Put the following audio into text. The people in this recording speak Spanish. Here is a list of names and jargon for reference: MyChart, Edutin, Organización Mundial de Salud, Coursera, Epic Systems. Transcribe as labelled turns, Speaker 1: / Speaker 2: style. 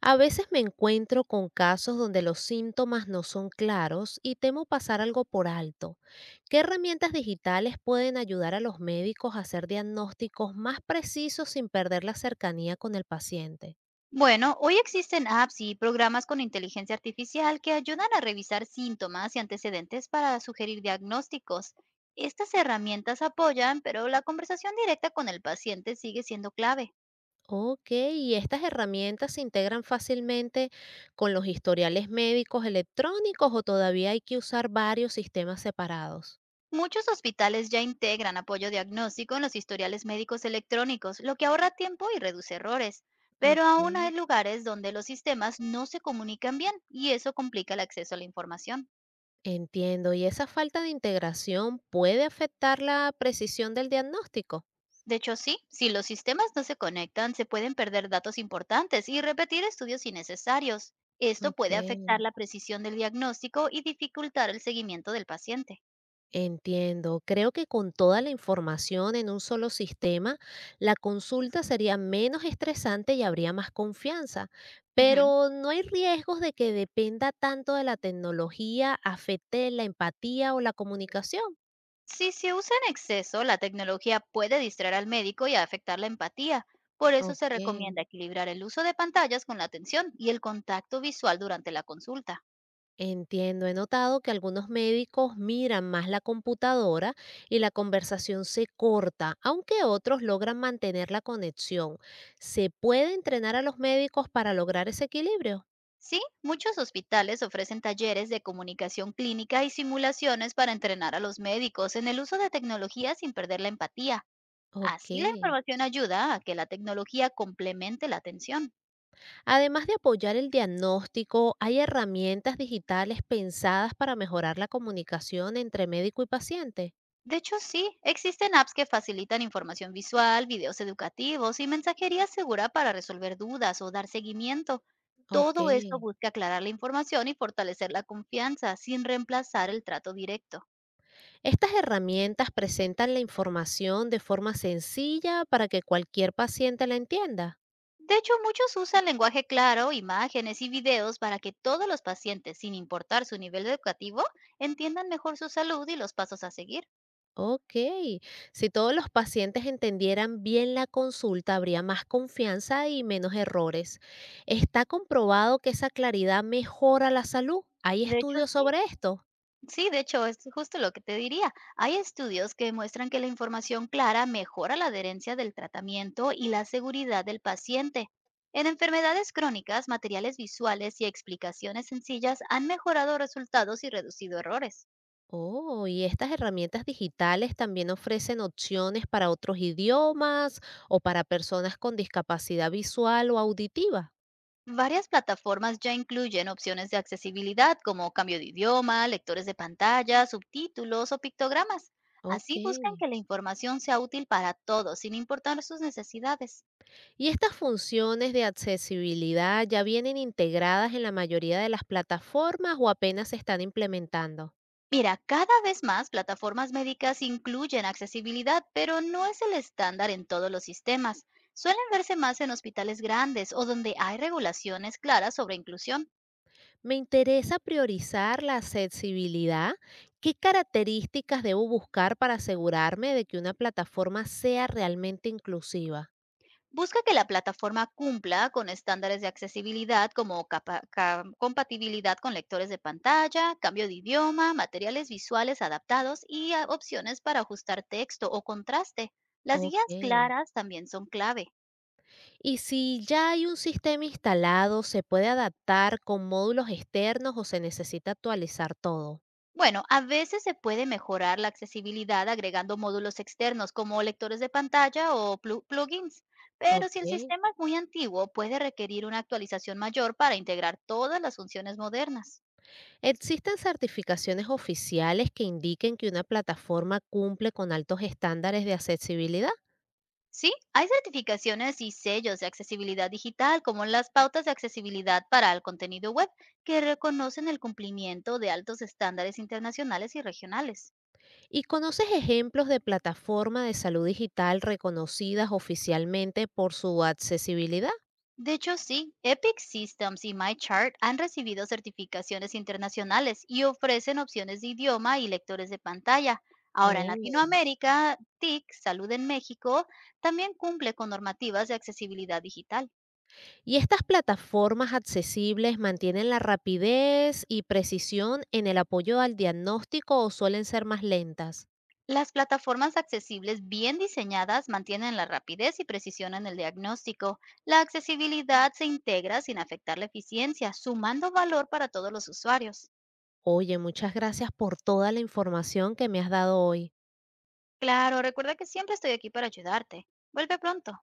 Speaker 1: A veces me encuentro con casos donde los síntomas no son claros y temo pasar algo por alto. ¿Qué herramientas digitales pueden ayudar a los médicos a hacer diagnósticos más precisos sin perder la cercanía con el paciente?
Speaker 2: Bueno, hoy existen apps y programas con inteligencia artificial que ayudan a revisar síntomas y antecedentes para sugerir diagnósticos. Estas herramientas apoyan, pero la conversación directa con el paciente sigue siendo clave.
Speaker 1: Ok, ¿y estas herramientas se integran fácilmente con los historiales médicos electrónicos o todavía hay que usar varios sistemas separados?
Speaker 2: Muchos hospitales ya integran apoyo diagnóstico en los historiales médicos electrónicos, lo que ahorra tiempo y reduce errores. Pero
Speaker 1: Ok,
Speaker 2: aún hay lugares donde los sistemas no se comunican bien y eso complica el acceso a la información.
Speaker 1: entiendo. ¿Y esa falta de integración puede afectar la precisión del diagnóstico?
Speaker 2: De hecho, sí, si los sistemas no se conectan, se pueden perder datos importantes y repetir estudios innecesarios. Esto puede afectar
Speaker 1: Okey,
Speaker 2: la precisión del diagnóstico y dificultar el seguimiento del paciente.
Speaker 1: entiendo. Creo que con toda la información en un solo sistema, la consulta sería menos estresante y habría más confianza,
Speaker 2: Ujú.
Speaker 1: pero ¿no hay riesgos de que dependa tanto de la tecnología, afecte la empatía o la comunicación?
Speaker 2: Si se usa en exceso, la tecnología puede distraer al médico y afectar la empatía. Por eso se
Speaker 1: Okey.
Speaker 2: recomienda equilibrar el uso de pantallas con la atención y el contacto visual durante la consulta.
Speaker 1: Entiendo, he notado que algunos médicos miran más la computadora y la conversación se corta, aunque otros logran mantener la conexión. ¿Se puede entrenar a los médicos para lograr ese equilibrio?
Speaker 2: Sí, muchos hospitales ofrecen talleres de comunicación clínica y simulaciones para entrenar a los médicos en el uso de tecnología sin perder la empatía.
Speaker 1: Ok.
Speaker 2: Así la información ayuda a que la tecnología complemente la atención.
Speaker 1: Además de apoyar el diagnóstico, ¿hay herramientas digitales pensadas para mejorar la comunicación entre médico y paciente?
Speaker 2: De hecho, sí, existen apps que facilitan información visual, videos educativos y mensajería segura para resolver dudas o dar seguimiento.
Speaker 1: Ok.
Speaker 2: Todo esto busca aclarar la información y fortalecer la confianza sin reemplazar el trato directo.
Speaker 1: Estas herramientas presentan la información de forma sencilla para que cualquier paciente la entienda.
Speaker 2: De hecho, muchos usan lenguaje claro, imágenes y videos para que todos los pacientes, sin importar su nivel educativo, entiendan mejor su salud y los pasos a seguir.
Speaker 1: Ok, si todos los pacientes entendieran bien la consulta, habría más confianza y menos errores. ¿Está comprobado que esa claridad mejora la salud? ¿Hay
Speaker 2: De hecho,
Speaker 1: estudios
Speaker 2: sí.
Speaker 1: sobre esto?
Speaker 2: Sí, de hecho, es justo lo que te diría. Hay estudios que muestran que la información clara mejora la adherencia del tratamiento y la seguridad del paciente. En enfermedades crónicas, materiales visuales y explicaciones sencillas han mejorado resultados y reducido errores.
Speaker 1: Oh, y estas herramientas digitales también ofrecen opciones para otros idiomas o para personas con discapacidad visual o auditiva.
Speaker 2: Varias plataformas ya incluyen opciones de accesibilidad como cambio de idioma, lectores de pantalla, subtítulos o pictogramas.
Speaker 1: Ok.
Speaker 2: Así buscan que la información sea útil para todos, sin importar sus necesidades.
Speaker 1: ¿Y estas funciones de accesibilidad ya vienen integradas en la mayoría de las plataformas o apenas se están implementando?
Speaker 2: Mira, cada vez más plataformas médicas incluyen accesibilidad, pero no es el estándar en todos los sistemas. Suelen verse más en hospitales grandes o donde hay regulaciones claras sobre inclusión.
Speaker 1: Me interesa priorizar la accesibilidad. ¿Qué características debo buscar para asegurarme de que una plataforma sea realmente inclusiva?
Speaker 2: Busca que la plataforma cumpla con estándares de accesibilidad como compatibilidad con lectores de pantalla, cambio de idioma, materiales visuales adaptados y opciones para ajustar texto o contraste. Las
Speaker 1: Ok.
Speaker 2: guías claras también son clave.
Speaker 1: ¿Y si ya hay un sistema instalado, se puede adaptar con módulos externos o se necesita actualizar todo?
Speaker 2: Bueno, a veces se puede mejorar la accesibilidad agregando módulos externos como lectores de pantalla o plugins, pero si el
Speaker 1: Ok.
Speaker 2: sistema es muy antiguo, puede requerir una actualización mayor para integrar todas las funciones modernas.
Speaker 1: ¿Existen certificaciones oficiales que indiquen que una plataforma cumple con altos estándares de accesibilidad?
Speaker 2: Sí, hay certificaciones y sellos de accesibilidad digital, como las pautas de accesibilidad para el contenido web, que reconocen el cumplimiento de altos estándares internacionales y regionales.
Speaker 1: ¿Y conoces ejemplos de plataformas de salud digital reconocidas oficialmente por su accesibilidad?
Speaker 2: De hecho, sí, Epic Systems y MyChart han recibido certificaciones internacionales y ofrecen opciones de idioma y lectores de pantalla. Ahora en
Speaker 1: Oh.
Speaker 2: Latinoamérica, TIC, Salud en México, también cumple con normativas de accesibilidad digital.
Speaker 1: ¿Y estas plataformas accesibles mantienen la rapidez y precisión en el apoyo al diagnóstico o suelen ser más lentas?
Speaker 2: Las plataformas accesibles bien diseñadas mantienen la rapidez y precisión en el diagnóstico. La accesibilidad se integra sin afectar la eficiencia, sumando valor para todos los usuarios.
Speaker 1: Oye, muchas gracias por toda la información que me has dado hoy.
Speaker 2: Claro, recuerda que siempre estoy aquí para ayudarte. Vuelve pronto.